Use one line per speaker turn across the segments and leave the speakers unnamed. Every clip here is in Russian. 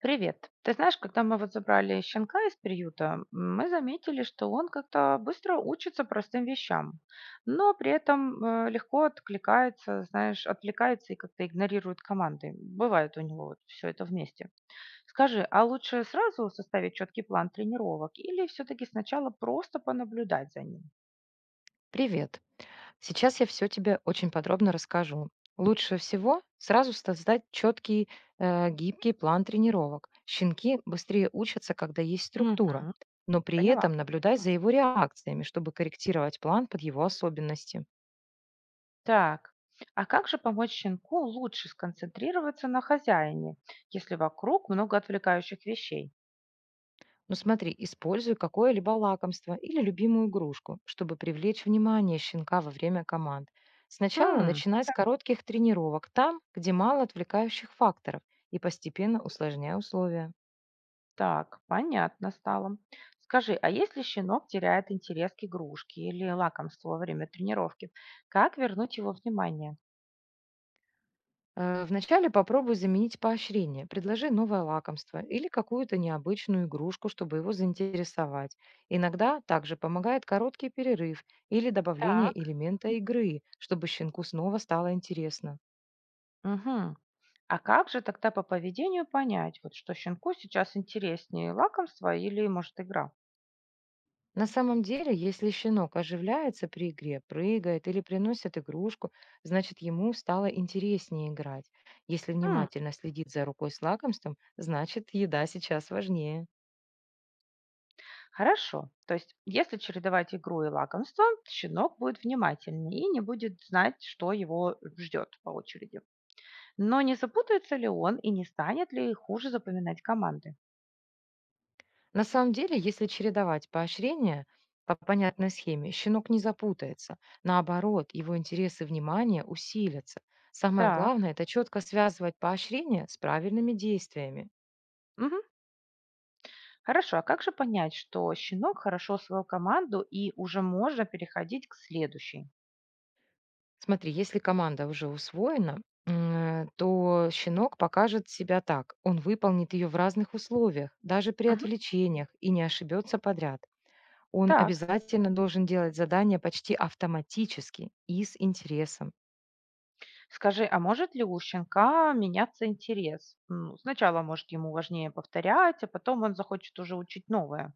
Привет. Ты знаешь, когда мы вот забрали щенка из приюта, мы заметили, что он как-то быстро учится простым вещам, но при этом легко откликается, знаешь, отвлекается и как-то игнорирует команды. Бывает у него вот все это вместе. Скажи, а лучше сразу составить четкий план тренировок или все-таки сначала просто понаблюдать за ним?
Привет. Сейчас я все тебе очень подробно расскажу. Лучше всего сразу создать четкий, гибкий план тренировок. Щенки быстрее учатся, когда есть структура,
Мгм.
но при
Поняла.
этом наблюдай за его реакциями, чтобы корректировать план под его особенности.
Так. А как же помочь щенку лучше сконцентрироваться на хозяине, если вокруг много отвлекающих вещей?
Ну смотри, используй какое-либо лакомство или любимую игрушку, чтобы привлечь внимание щенка во время команд. Сначала
Хм,
начинай с коротких тренировок там, где мало отвлекающих факторов, и постепенно усложняй условия.
так, понятно стало. Скажи, а если щенок теряет интерес к игрушке или лакомству во время тренировки, как вернуть его внимание?
Вначале попробуй заменить поощрение. Предложи новое лакомство или какую-то необычную игрушку, чтобы его заинтересовать. Иногда также помогает короткий перерыв или добавление
Так,
элемента игры, чтобы щенку снова стало интересно.
угу. А как же тогда по поведению понять, вот что щенку сейчас интереснее лакомство или, может, игра?
На самом деле, если щенок оживляется при игре, прыгает или приносит игрушку, значит ему стало интереснее играть. Если
М.
внимательно следит за рукой с лакомством, значит еда сейчас важнее.
Хорошо. То есть, если чередовать игру и лакомство, щенок будет внимательнее и не будет знать, что его ждет по очереди. Но не запутается ли он и не станет ли хуже запоминать команды?
На самом деле, если чередовать поощрения по понятной схеме, щенок не запутается. Наоборот, его интересы и внимание усилятся. Самое
Так.
главное — это четко связывать поощрение с правильными действиями.
Мгм. Хорошо. А как же понять, что щенок хорошо освоил команду и уже можно переходить к следующей?
Смотри, если команда уже усвоена, то щенок покажет себя так. Он выполнит ее в разных условиях, даже при
Мгм.
отвлечениях, и не ошибется подряд. Он
Так.
обязательно должен делать задания почти автоматически и с интересом.
Скажи, а может ли у щенка меняться интерес? Сначала, может, ему важнее повторять, а потом он захочет уже учить новое.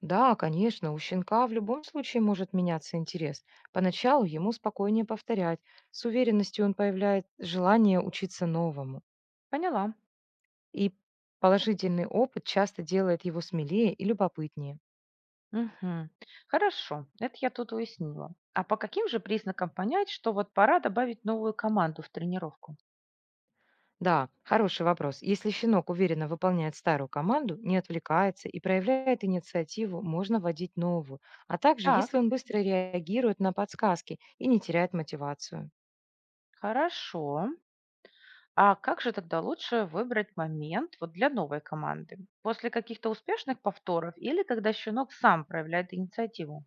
Да, конечно, у щенка в любом случае может меняться интерес. Поначалу ему спокойнее повторять. С уверенностью он появляет желание учиться новому.
Поняла.
И положительный опыт часто делает его смелее и любопытнее.
Мгм. Хорошо. Это я тут уяснила. А по каким же признакам понять, что вот пора добавить новую команду в тренировку?
Да, хороший вопрос. Если щенок уверенно выполняет старую команду, не отвлекается и проявляет инициативу, можно вводить новую. А также, если
Так.
он быстро реагирует на подсказки и не теряет мотивацию.
Хорошо. А как же тогда лучше выбрать момент вот для новой команды? После каких-то успешных повторов или когда щенок сам проявляет инициативу?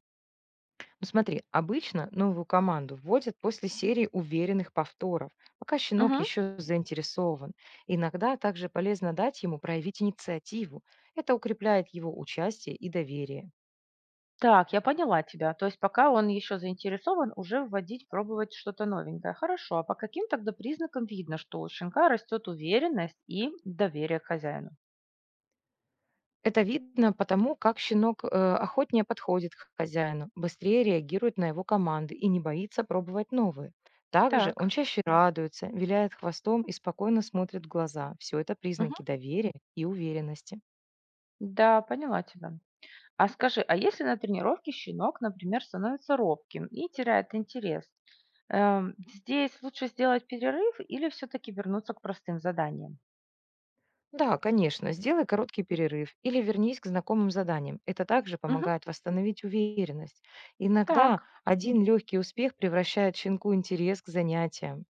Ну смотри, обычно новую команду вводят после серии уверенных повторов, пока щенок
Мгм.
еще заинтересован. Иногда также полезно дать ему проявить инициативу. Это укрепляет его участие и доверие.
Так, я поняла тебя. То есть пока он еще заинтересован, уже вводить, пробовать что-то новенькое. Хорошо, а по каким тогда признакам видно, что у щенка растет уверенность и доверие к хозяину?
Это видно потому, как щенок охотнее подходит к хозяину, быстрее реагирует на его команды и не боится пробовать новые. Также он
Так.
чаще радуется, виляет хвостом и спокойно смотрит в глаза. Все это
Мгм.
признаки доверия и уверенности.
Да, поняла тебя. А скажи, а если на тренировке щенок, например, становится робким и теряет интерес, здесь лучше сделать перерыв или все-таки вернуться к простым заданиям?
Да, конечно, сделай короткий перерыв или вернись к знакомым заданиям. Это также
Мгм.
помогает восстановить уверенность. Иногда
Так,
один легкий успех превращает щенку интерес к занятиям.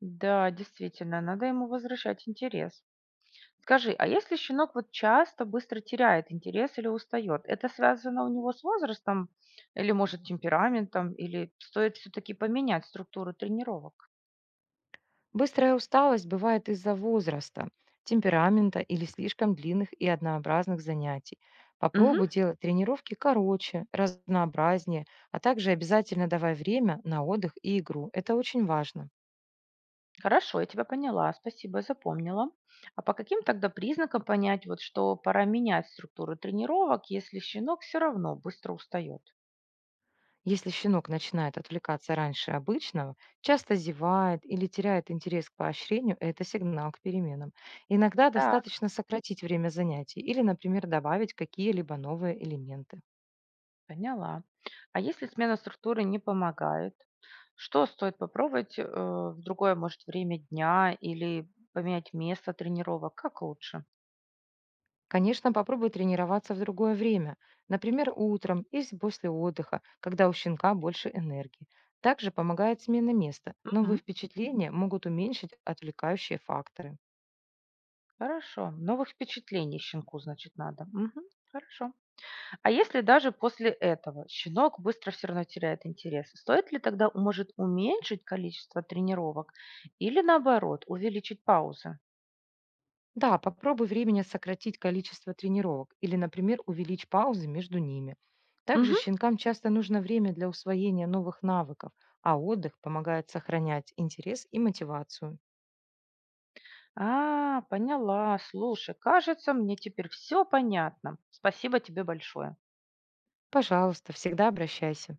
да, действительно, надо ему возвращать интерес. Скажи, а если щенок вот часто быстро теряет интерес или устает, это связано у него с возрастом или, может, темпераментом, или стоит все-таки поменять структуру тренировок?
Быстрая усталость бывает из-за возраста, темперамента или слишком длинных и однообразных занятий.
Мгм.
Попробуй делать тренировки короче, разнообразнее, а также обязательно давай время на отдых и игру. Это очень важно.
Хорошо, я тебя поняла, спасибо, я запомнила. А по каким тогда признакам понять, вот, что пора менять структуру тренировок, если щенок все равно быстро устает?
Если щенок начинает отвлекаться раньше обычного, часто зевает или теряет интерес к поощрению, это сигнал к переменам. Иногда
Так,
достаточно сократить время занятий или, например, добавить какие-либо новые элементы.
поняла. А если смена структуры не помогает, что стоит попробовать в другое, может, время дня или поменять место тренировок? Как лучше?
Конечно, попробуй тренироваться в другое время, например, утром или после отдыха, когда у щенка больше энергии. Также помогает смена места.
Мгм.
Новые впечатления могут уменьшить отвлекающие факторы.
Хорошо. Новых впечатлений щенку, значит, надо. Мгм. Хорошо. А если даже после этого щенок быстро все равно теряет интерес, стоит ли тогда, может, уменьшить количество тренировок или наоборот, увеличить паузы?
Да, попробуй временно сократить количество тренировок или, например, увеличь паузы между ними. Также
Мгм.
щенкам часто нужно время для усвоения новых навыков, а отдых помогает сохранять интерес и мотивацию.
А, поняла. Слушай, кажется, мне теперь все понятно. Спасибо тебе большое.
Пожалуйста, всегда обращайся.